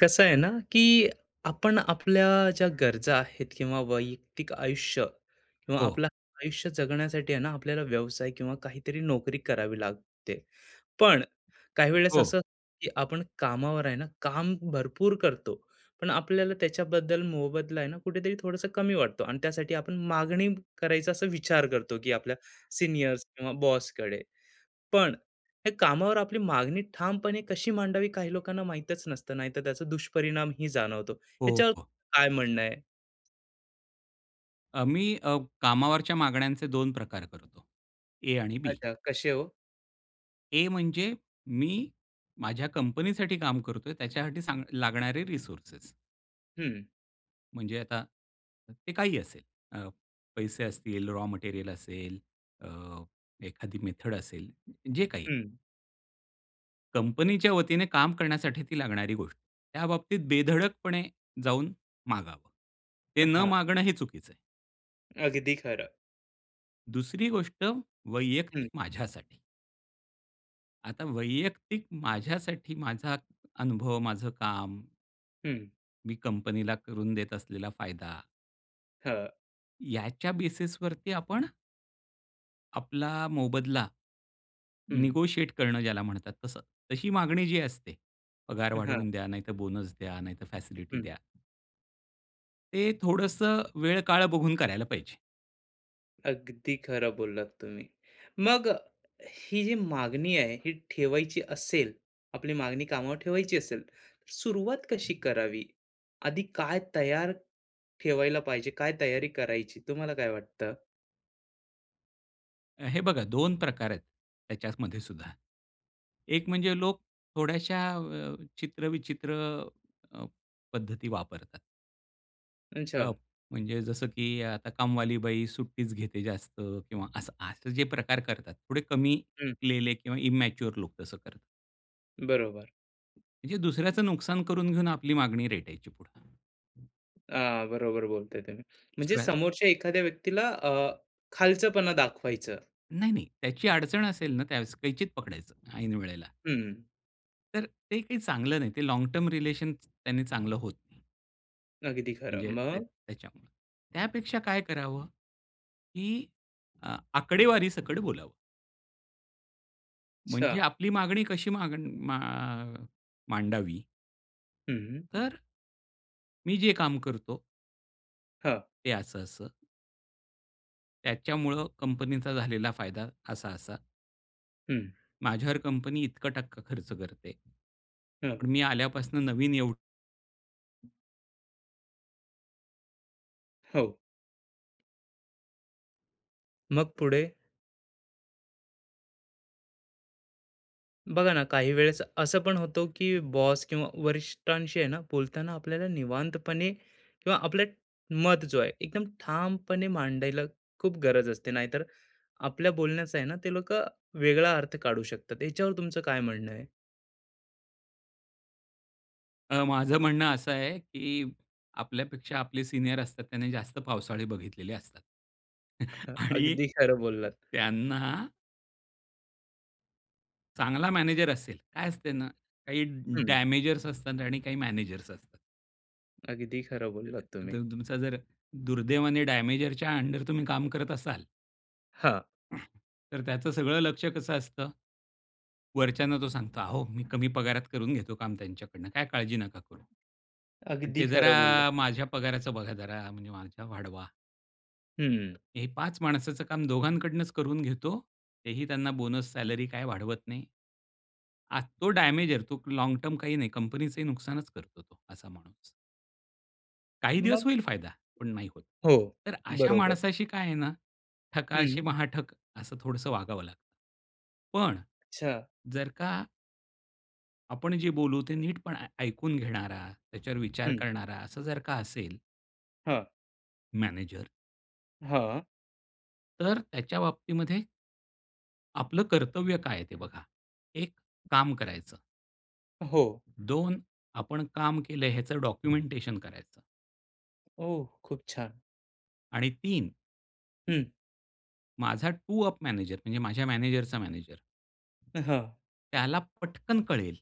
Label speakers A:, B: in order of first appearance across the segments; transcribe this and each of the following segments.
A: कसं आहे ना, की आपण आपल्या ज्या गरजा आहेत किंवा वैयक्तिक आयुष्य किंवा
B: हो,
A: आपलं आयुष्य जगण्यासाठी आहे ना, आपल्याला व्यवसाय किंवा काहीतरी नोकरी करावी लागते. पण काही वेळेस
B: हो,
A: असं की आपण कामावर आहे ना, काम भरपूर करतो, पण आपल्याला त्याच्याबद्दल मोबदला आहे ना, कुठेतरी थोडंसं कमी वाटतो आणि त्यासाठी आपण मागणी करायचा असा विचार करतो, की आपल्या सीनियर्स किंवा बॉसकडे. पण हे कामावर आपली मागणी ठामपणे कशी मांडावी काही लोकांना माहीतच नसतं, नाहीतर त्याचा दुष्परिणाम ही जाणवतो.
B: हो,
A: ह्याच्यावर
B: हो.
A: काय म्हणणं आहे?
B: मी कामावरच्या मागण्यांचे 2 प्रकार करतो. ए आणि बी.
A: अच्छा, कसे हो?
B: ए म्हणजे मी माझ्या कंपनीसाठी काम करतोय त्याच्यासाठी सांग लागणारे रिसोर्सेस.
A: हं,
B: म्हणजे आता ते काही असेल. अ, पैसे असतील, रॉ मटेरियल असेल, अ, एखादी मेथड असेल, जे काही.
A: हं.
B: कंपनीच्या वतीने काम करण्यासाठी ती लागणारी गोष्ट. त्या बाबतीत बेधडकपणे जाऊन मागावं. ते न
A: हां,
B: मागणं हे चुकीचं आहे.
A: अगदी खरं.
B: दुसरी गोष्ट
A: हं,
B: वैयक्तिक माझ्यासाठी. आता वैयक्तिक माझ्यासाठी माझा अनुभव, माझं काम,
A: हं.
B: मी कंपनीला करून देत असलेला फायदा,
A: हां,
B: याच्या बेसिसवरती आपण आपला मोबदला
A: हं.
B: निगोशिएट करणं ज्याला म्हणतात तसं. तशी मागणी जी असते, पगार
A: हां,
B: वाढवून द्या, नाहीतर बोनस द्या, नाहीतर फॅसिलिटी
A: हं.
B: द्या. ते थोडंसं वेळ काळ बघून करायला पाहिजे.
A: अगदी खरं बोललात तुम्ही. मग ही जी मागणी आहे, ही ठेवायची असेल, आपली मागणी कामावर ठेवायची असेल, तर सुरुवात कशी करावी? आधी काय तयार ठेवायला पाहिजे? काय तयारी करायची? तुम्हाला काय वाटतं?
B: हे बघा दोन प्रकार आहेत त्याच्यामध्ये सुद्धा. एक म्हणजे लोक थोड्याशा चित्रविचित्र अ, पद्धती वापरतात.
A: अच्छा.
B: अ, म्हणजे जसं की आता कामवाली बाई सुट्टीच घेते जास्त किंवा असं असं जे प्रकार करतात. थोडे कमी
A: हं.
B: लेले किंवा इमॅच्युअर लोक तसं करतात.
A: बरोबर.
B: म्हणजे दुसऱ्याचं नुकसान करून घेऊन आपली मागणी रेटायची पुढं.
A: बरोबर बोलताय तुम्ही. म्हणजे
B: दुसऱ्या
A: समोरच्या एखाद्या व्यक्तीला खालचंपणा दाखवायचं.
B: नाही, नाही. त्याची अडचण असेल ना त्यावेळेस कैचीत पकडायचं ऐन वेळेला.
A: हं.
B: तर ते काही चांगलं नाही. ते लाँग टर्म रिलेशन त्याने चांगलं होत नाही.
A: अगदी
B: म्हणजे
A: खरं.
B: त्या
A: मग
B: त्याच्यामुळं. त्यापेक्षा काय करावं, की आकडेवारीसकट बोलावं. म्हणजे
A: अच्छा.
B: आपली मागणी कशी मागण मा मांडावी,
A: हं.
B: तर "मी जे काम करतो
A: हां.
B: ते असं-असं. त्याच्यामुळं कंपनीचा झालेला फायदा असा-असा.
A: हं.
B: माझ्यावर कंपनी इतका टक्का खर्च करते.
A: हं.
B: पण मी आल्यापासून नवीन एवढं".
A: हो. मग पुढे बघा ना, काही वेळेस असं पण होतो की बॉस किंवा वरिष्ठांशी आहे ना, बोलताना आपल्याला निवांतपणे किंवा आपलं मत जो आहे, एकदम ठामपणे मांडायला खूप गरज असते. नाहीतर आपल्या बोलण्याचा आहे ना, ते लोकं वेगळा अर्थ काढू शकतात. याच्यावर तुमचं काय म्हणणं
B: माझं म्हणणं असं आहे, की आपल्यापेक्षा आपले सीनियर असतात त्यांनी जास्त पावसाळे बघितलेले असतात. आणि
A: अगदी खरं बोललात.
B: त्यांना चांगला मॅनेजर असेल, काय असते ना, काही
A: हं,
B: डॅमेजर्स असतात आणि काही मॅनेजर्स असतात.
A: अगदी खरं
B: तर
A: बोललात तुम्ही.
B: तर तुमचा जर दुर्दैवाने डॅमेजरच्या अंडर तुम्ही काम करत असाल,
A: हां,
B: तर त्याचं सगळं लक्ष कसं असतं? वरच्यांना तो सांगतो, "अहो, मी कमी पगारात करून घेतो काम त्यांच्याकडनं. काय काळजी नका करू. पण
A: अगदी
B: ते जरा
A: खरं बोललात.
B: माझ्या पगाराचं बघा जरा, म्हणजे माझ्या वाढवा.
A: हं,
B: हे 5 माणसाचं काम दोघांकडनंच करून घेतो. तेही त्यांना बोनस, सॅलरी काय वाढवत नाही." आ, तो डॅमेजर. तो लाँग टर्म काही नाही. कंपनीचंही नुकसानच करतो तो असा माणूस. काही दिवस
A: मग
B: होईल फायदा, पण नाही होत.
A: हो,
B: तर अशा
A: बरोबर.
B: माणसाशी काय आहे ना, ठकाशी
A: हं,
B: महाठक असं थोडंसं वागावं लागतं. पण
A: अच्छा.
B: जर का आपण जे बोलू ते नीट पण ऐकून घेणारा, त्याच्यावर विचार
A: हं,
B: करणारा असं जर का असेल
A: हां,
B: मॅनेजर,
A: हां,
B: तर त्याच्या बाबतीमध्ये आपलं कर्तव्य काय आहे ते बघा. एक, काम करायचं.
A: हो.
B: दोन, आपण काम केलंय ह्याचं डॉक्युमेंटेशन करायचं
A: ओह! खूप छान.
B: आणि तीन,
A: हं,
B: माझा टू अप मॅनेजर म्हणजे माझ्या मॅनेजरचा मॅनेजर
A: हां,
B: त्याला पटकन कळेल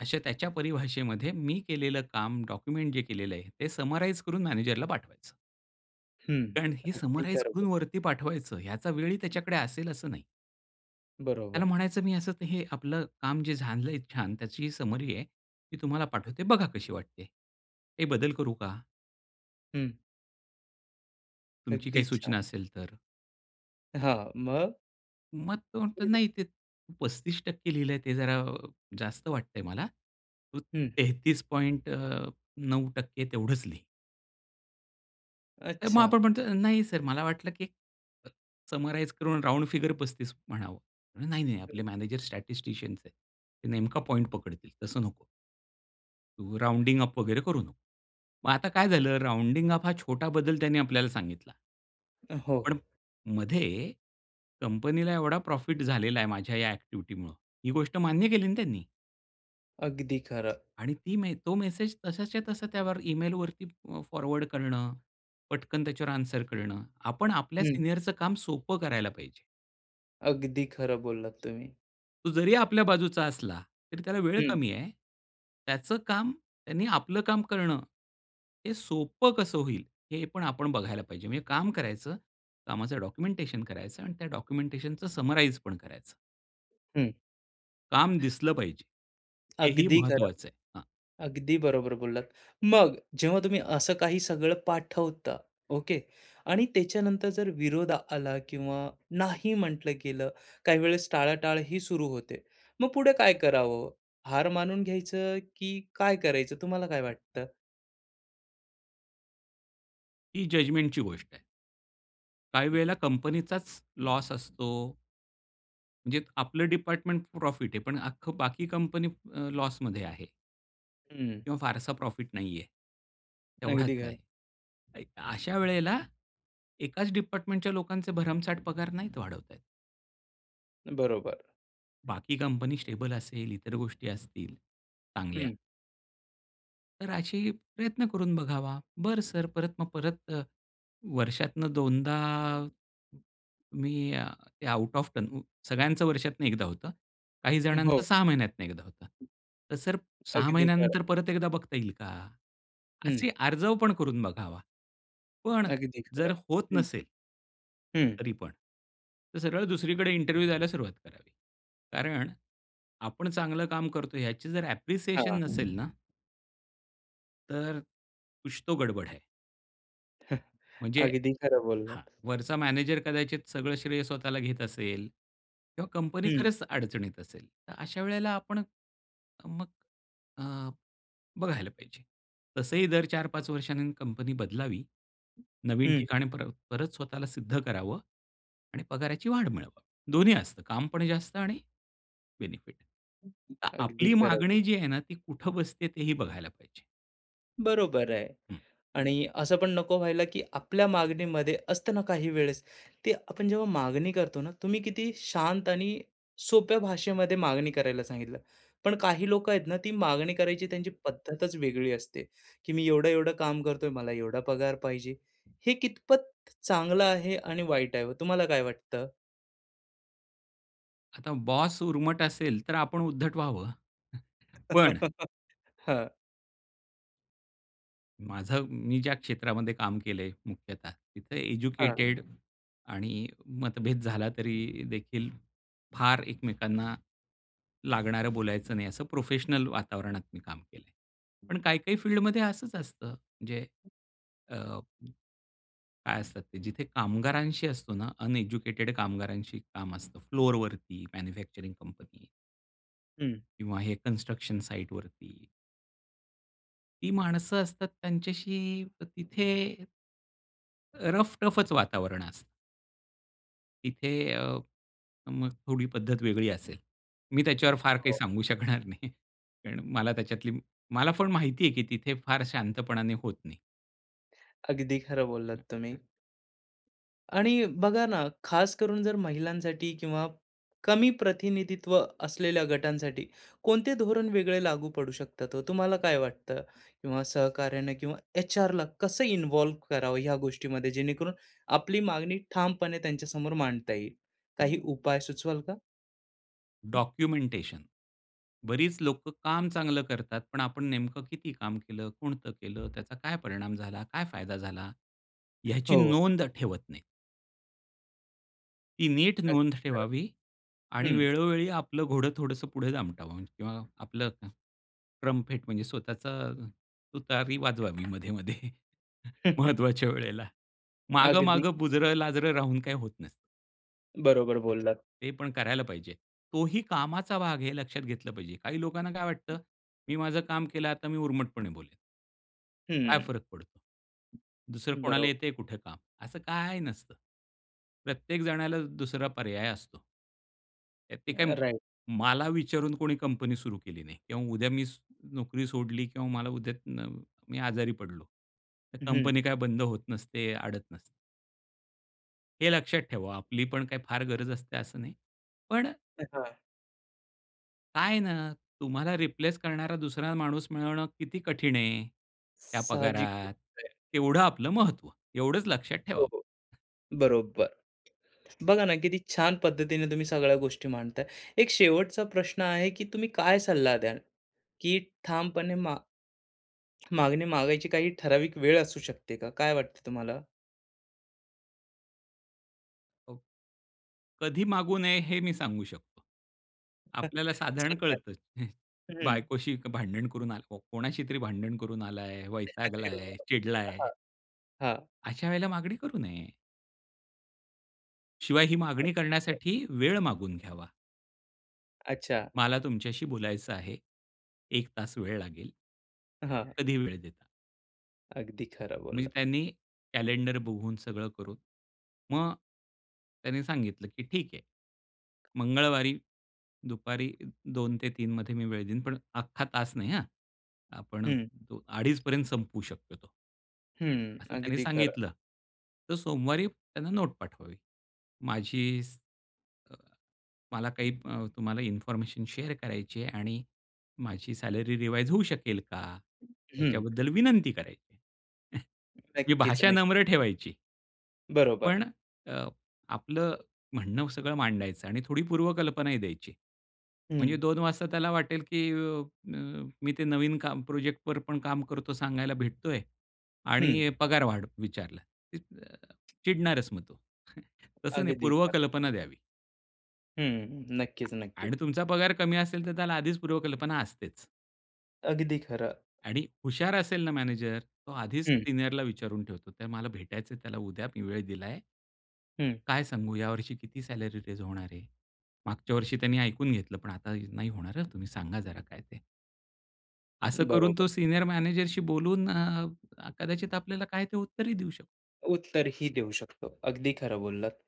B: अशा त्याच्या परिभाषेमध्ये मी केलेलं काम, डॉक्युमेंट जे केलेलं आहे, ते समराईज करून मॅनेजरला पाठवायचं.
A: हं,
B: कारण हे
A: अगदी
B: समराईज
A: खरं
B: करून वरती पाठवायचं, ह्याचा वेळही त्याच्याकडे असेल असं नाही. त्याला
A: बरोबर.
B: म्हणायचं मी असं ते हे आपलं काम जे झालंय छान, त्याची समरी आहे, ती तुम्हाला पाठवते. बघा कशी वाटते. काही बदल करू का?
A: हं,
B: तुमची काही
A: अगदी
B: सूचना
A: छान.
B: असेल तर?
A: हां, मग?
B: मग तो म्हणतो, "नाही ते तू 35% लिहिलंय ते जरा जास्त वाटतंय मला. तू
A: हं,
B: 33 पॉइंट 9% तेवढंच लिह." तर मग
A: अच्छा.
B: आपण म्हणतो, "नाही सर, मला वाटलं की अ, समराईज करून राउंड फिगर 35 म्हणावं." म्हणे, "नाही, नाही, आपले मॅनेजर स्टॅटिस्टिशियन्स आहेत. ते नेमका पॉइंट पकडतील. तसं नको. तू राउंडिंग अप वगैरे करू नको." मग आता काय झालं, राउंडिंग अप हा छोटा बदल त्यांनी आपल्याला सांगितला.
A: हं, हो,
B: पण मध्ये कंपनीला एवढा प्रॉफिट झालेला आहे माझ्या या ॲक्टिव्हिटीमुळं, ही गोष्ट मान्य केली ना त्यांनी.
A: अगदी खरं.
B: आणि ती तो मेसेज तसाच्या तसा त्यावर ईमेलवरती फॉरवर्ड करणं, पटकन त्याच्यावर आन्सर करणं. आपण आपल्या
A: हं,
B: सीनियरचं काम सोपं करायला पाहिजे.
A: अगदी खरं बोललात तुम्ही.
B: तो जरी आपल्या बाजूचा असला, तरी त्याला वेळ
A: हं,
B: कमी आहे. त्याचं काम त्यांनी आपलं काम करणं, हे सोपं कसं होईल, हे पण आपण बघायला पाहिजे. म्हणजे काम करायचं, कामाचं डॉक्युमेंटेशन करायचं आणि त्या डॉक्युमेंटेशनचं समराईज पण करायचं.
A: हं,
B: काम दिसलं पाहिजे. हेही
A: अगदी खरं.
B: महत्वाचं आहे.
A: अगदी बरोबर बोललात. मग जेव्हा तुम्ही असं काही सगळं पाठवता, ओके. आणि त्याच्यानंतर जर विरोध आला किंवा नाही म्हटलं गेलं, काही वेळेस टाळाटाळ ही सुरू होते. मग पुढे काय करावं? हार मानून घ्यायचं की काय करायचं? तुम्हाला काय वाटतं?
B: ही जजमेंटची गोष्ट आहे. काही वेळेला कंपनीचाच लॉस असतो. म्हणजे आपलं डिपार्टमेंट प्रॉफिट आहे, पण अख्खं बाकी कंपनी लॉसमध्ये आहे
A: हं,
B: किंवा फारसा प्रॉफिट नाहीये. तेवढाच
A: अगदी
B: आहे.
A: खरं.
B: अ, अशा वेळेला एकाच डिपार्टमेंटच्या लोकांचे भरमसाठ पगार नाहीत वाढवता येत.
A: बरोबर.
B: बाकी कंपनी स्टेबल असेल, इतर गोष्टी असतील चांगल्या.
A: हं.
B: तर अशी प्रयत्न करून बघावा. बरं सर परत मग परत वर्षातनं 2दा तुम्ही ते आउट ऑफ टर्न सगळ्यांचं वर्षातनं एकदा होतं. काही जणांचं
A: हो,
B: 6 महिन्यातनं एकदा होतं. तर सर 6
A: अगदी खरं.
B: महिन्यानंतर परत एकदा बघता येईल का?
A: हं,
B: असे आर्जव पण करून बघावा. पण
A: अगदी
B: जर
A: खरं.
B: होत
A: हं,
B: नसेल
A: हं.
B: तरी पण, तर सरळ दुसरीकडे इंटरव्ह्यू द्यायला सुरुवात करावी. कारण आपण चांगलं काम करतो ह्याची जर
A: हां.
B: ॲप्रिसिएशन नसेल ना तर कुछ तो गडबड है. म्हणजे
A: अगदी खरं
B: हां,
A: बोललात.
B: वरचा मॅनेजर कदाचित सगळं श्रेय स्वतःला घेत असेल किंवा कंपनी
A: हं,
B: खरंच अडचणीत असेल. तर अशा वेळेला आपण मग अ, बघायला पाहिजे. तसंही दर 4-5 वर्षांनी कंपनी बदलावी. नवीन
A: हं.
B: ठिकाणी परत स्वतःला सिद्ध करावं आणि पगाराची वाढ मिळवावी. दोन्ही असतं काम पण जास्त आणि बेनिफिट. तर
A: अगदी
B: आपली
A: खरं.
B: मागणी जी आहे ना, ती कुठं बसते तेही बघायला पाहिजे.
A: बरोबर आहे. आणि असं पण नको व्हायला, की आपल्या मागणीमध्ये असतं ना काही वेळेस, ते आपण जेव्हा मागणी करतो ना, तुम्ही किती शांत आणि सोप्या भाषेमध्ये मागणी करायला सांगितलं. पण काही लोकं आहेत ना, ती मागणी करायची त्यांची पद्धतच वेगळी असते, की मी एवढं-एवढं काम करतोय, मला एवढा पगार पाहिजे. हे कितपत चांगलं आहे आणि वाईट आहे हो? तुम्हाला काय वाटतं?
B: आता बॉस उर्मट असेल, तर आपण उद्धट व्हावं. पण
A: हां,
B: माझं मी ज्या क्षेत्रामध्ये काम केलंय मुख्यतः, तिथे
A: हां.
B: एज्युकेटेड आणि मतभेद झाला तरी देखील फार एकमेकांना लागणारं बोलायचं नाही, असं प्रोफेशनल वातावरणात मी काम केलंय. पण काही-काही फील्डमध्ये असंच असतं, म्हणजे अ, काय असतात ते, जिथे कामगारांशी असतो ना, अनएज्युकेटेड कामगारांशी काम असतं. फ्लोरवरती मॅन्युफॅक्चरिंग कंपनी
A: हं.
B: किंवा हे कन्स्ट्रक्शन साइटवरती. ती माणसं असतात त्यांच्याशी तिथे रफ टफच वातावरण असतं. तिथे मग थोडी पद्धत वेगळी असेल. मी त्याच्यावर फार काही
A: हो.
B: सांगू शकणार नाही. कारण मला पण माहिती आहे, की तिथे फार शांतपणाने होत नाही.
A: अगदी खरं बोललात तुम्ही. आणि बघा ना, खास करून जर महिलांसाठी किंवा कमी प्रतिनिधित्व असलेल्या गटांसाठी कोणते धोरण वेगळे लागू पडू शकतात हो? तुम्हाला काय वाटतं? किंवा सहकार्याने किंवा एचआरला कसं इन्व्हॉल्व्ह करावं ह्या गोष्टीमध्ये जेणेकरून आपली मागणी ठामपणे त्यांच्यासमोर मांडता येईल? काही उपाय सुचवाल का?
B: डॉक्युमेंटेशन. बरीच लोक काम चांगलं करतात, पण आपण नेमकं किती काम केलं, कोणतं केलं, त्याचा काय परिणाम झाला, काय फायदा झाला, ह्याची
A: हो.
B: नोंद ठेवत नाहीत. ती नीट
A: अगदी
B: नोंद
A: खरं.
B: ठेवावी आणि
A: हं.
B: वेळोवेळी आपलं घोडं थोडंसं पुढे दामटावं किंवा आपलं ट्रम्पेट म्हणजे स्वतःचा तुतारी वाजवावी मध्ये-मध्ये महत्त्वाच्या वेळेला.
A: अगदी
B: मागं-मागं बुजरं-लाजरं राहून काय होत नसतं.
A: बरोबर बोललात.
B: ते पण करायला पाहिजे. तोही कामाचा भाग हे लक्षात घेतलं पाहिजे. काही लोकांना काय वाटतं, मी माझं काम केलं, आता मी उर्मटपणे बोलेन. काय
A: हं.
B: फरक पडतो? दुसरं कोणाला
A: बरोबर.
B: येतंय कुठे काम? असं काही नसतं. प्रत्येक जणाला दुसरा पर्याय असतो. त्यात ते काय,
A: राइट.
B: मला विचारून कोणी कंपनी सुरू केली नाही किंवा उद्या मी स नोकरी सोडली किंवा मला उद्या न मी आजारी पडलो. तर
A: हं.
B: कंपनी काय बंद होत नसते, अडत नसते. हे लक्षात ठेवा. आपली पण काही फार गरज असते असं नाही. पण
A: हां.
B: काय ना, तुम्हाला रिप्लेस करणारा दुसरा माणूस मिळवणं किती कठीण आहे, त्या
A: साहजिक
B: पगारात.
A: गोष्ट आहे.
B: तेवढं आपलं महत्त्व. एवढंच लक्षात
A: हो,
B: ठेवावं.
A: हो. बरोबर. बघा ना, किती छान पद्धतीने तुम्ही सगळ्या गोष्टी मांडताय. एक शेवटचा प्रश्न आहे, की तुम्ही काय सल्ला द्याल, की ठामपणे मागणी मागायची काही ठराविक वेळ असू शकते का? काय वाटतं तुम्हाला?
B: हो. कधी मागू नये हे मी सांगू शकतो. आपल्याला साधारण
A: सांगा.
B: कळतं.
A: हं.
B: बायकोशी भांडण करून आला कोणाशी तरी भांडण करून आलाय,
A: अरे
B: वैतागलाय,
A: वाह!
B: चिडलाय.
A: हां, हां.
B: अशा वेळेला मागणी करू नये. शिवाय ही मागणी करण्यासाठी वेळ मागून घ्यावा.
A: अच्छा.
B: मला तुमच्याशी बोलायचं आहे. 1 तास वेळ लागेल.
A: हां,
B: कधी वेळ देता?
A: अगदी खरं
B: म्हणजे
A: बोललात.
B: त्यांनी कॅलेंडर बघून सगळं करून, मग त्यांनी सांगितलं, की "ठीक आहे, मंगळवारी दुपारी 2 ते 3 मध्ये मी वेळ देईन, पण अख्खा तास नाही हां, आपण
A: हं,
B: 2:30 पर्यंत संपवू शक्यतो."
A: हं.
B: असं त्यांनी
A: अगदी खरं.
B: सांगितलं. तर सोमवारी त्यांना नोट पाठवावी. माझी स अ, तुम्हाला इन्फॉर्मेशन शेअर करायची आहे आणि माझी सॅलरी रिवाईज होऊ शकेल का?
A: हं.
B: याच्याबद्दल विनंती करायची. म्हणजे
A: नक्कीच,
B: भाषा
A: नक्की.
B: नम्र ठेवायची.
A: बरोबर.
B: पण अ, आपलं म्हणणं सगळं मांडायचं आणि थोडी पूर्वकल्पनाही द्यायची.
A: हं,
B: म्हणजे 2 वाजता त्याला वाटेल, की अ, अ, मी ते नवीन काम प्रोजेक्टवर पण काम करतो सांगायला भेटतोय
A: हं.
B: आणि पगार वाढ विचारला. ते, अ, चिडणारच मग तो. तसं नाही
A: अगदी खरं.
B: पूर्वकल्पना द्यावी.
A: हं, नक्कीच, नक्कीच.
B: आणि तुमचा पगार कमी असेल, तर त्याला आधीच पूर्वकल्पना असतेच.
A: अगदी खरं.
B: आणि हुशार असेल ना मॅनेजर, तो आधीच
A: हं,
B: सीनियरला विचारून ठेवतो. तर मला भेटायचं आहे त्याला उद्या, मी वेळ दिलाय.
A: हं.
B: काय सांगू यावर्षी किती सॅलरी रेज होणार आहे? मागच्या वर्षी त्यांनी ऐकून घेतलं, पण आता नाही होणार हं, तुम्ही सांगा जरा काय ते. असं करून
A: बरोबर.
B: तो सीनियर मॅनेजरशी बोलून कदाचित आपल्याला काय ते उत्तरही देऊ शकतो.
A: उत्तरही देऊ शकतो. अगदी खरं बोललात.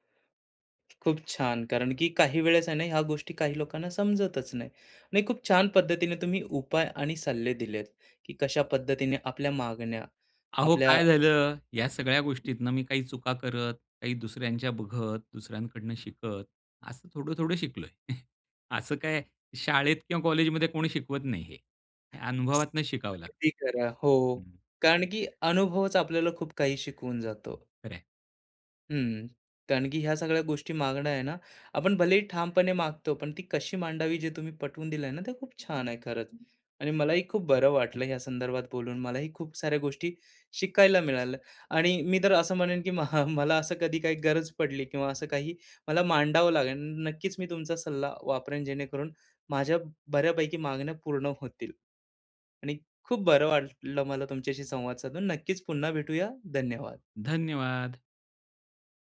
A: खूप छान. कारण की काही वेळेस आहे ना, ह्या गोष्टी काही लोकांना समजतच नाही. आणि खूप छान पद्धतीने तुम्ही उपाय आणि सल्ले दिलेत, की कशा पद्धतीने आपल्या मागण्या,
B: अहो,
A: आपल्या
B: काय झालं, या सगळ्या गोष्टीतनं मी काही चुका करत, काही दुसऱ्यांच्या बघत, दुसऱ्यांकडनं शिकत, असं थोडं-थोडं शिकलोय. असं काय शाळेत किंवा कॉलेजमध्ये कोणी शिकवत नाही हे. हे
A: स-
B: अनुभवातनं शिकावं लागतं.
A: अगदी खरं. हो. हो.
B: हं,
A: कारण की अनुभवच आपल्याला खूप काही शिकवून जातो.
B: खरं.
A: हं, कारण की ह्या सगळ्या गोष्टी मागणं आहे ना, आपण भलेही ठामपणे मागतो, पण ती कशी मांडावी जे तुम्ही पटवून दिलंय ना, ते खूप छान आहे खरंच. आणि मलाही खूप बरं वाटलं ह्या संदर्भात बोलून. मलाही खूप साऱ्या गोष्टी शिकायला मिळाल्या आणि मी तर असं म्हणेन की मला असं कधी काही गरज पडली किंवा असं काही मला मांडावं लागेल, नक्कीच मी तुमचा सल्ला वापरेन जेणेकरून माझ्या बऱ्यापैकी मागण्या पूर्ण होतील. आणि खूप बरं वाटलं मला तुमच्याशी संवाद साधून. नक्कीच पुन्हा भेटूया. धन्यवाद.
B: धन्यवाद.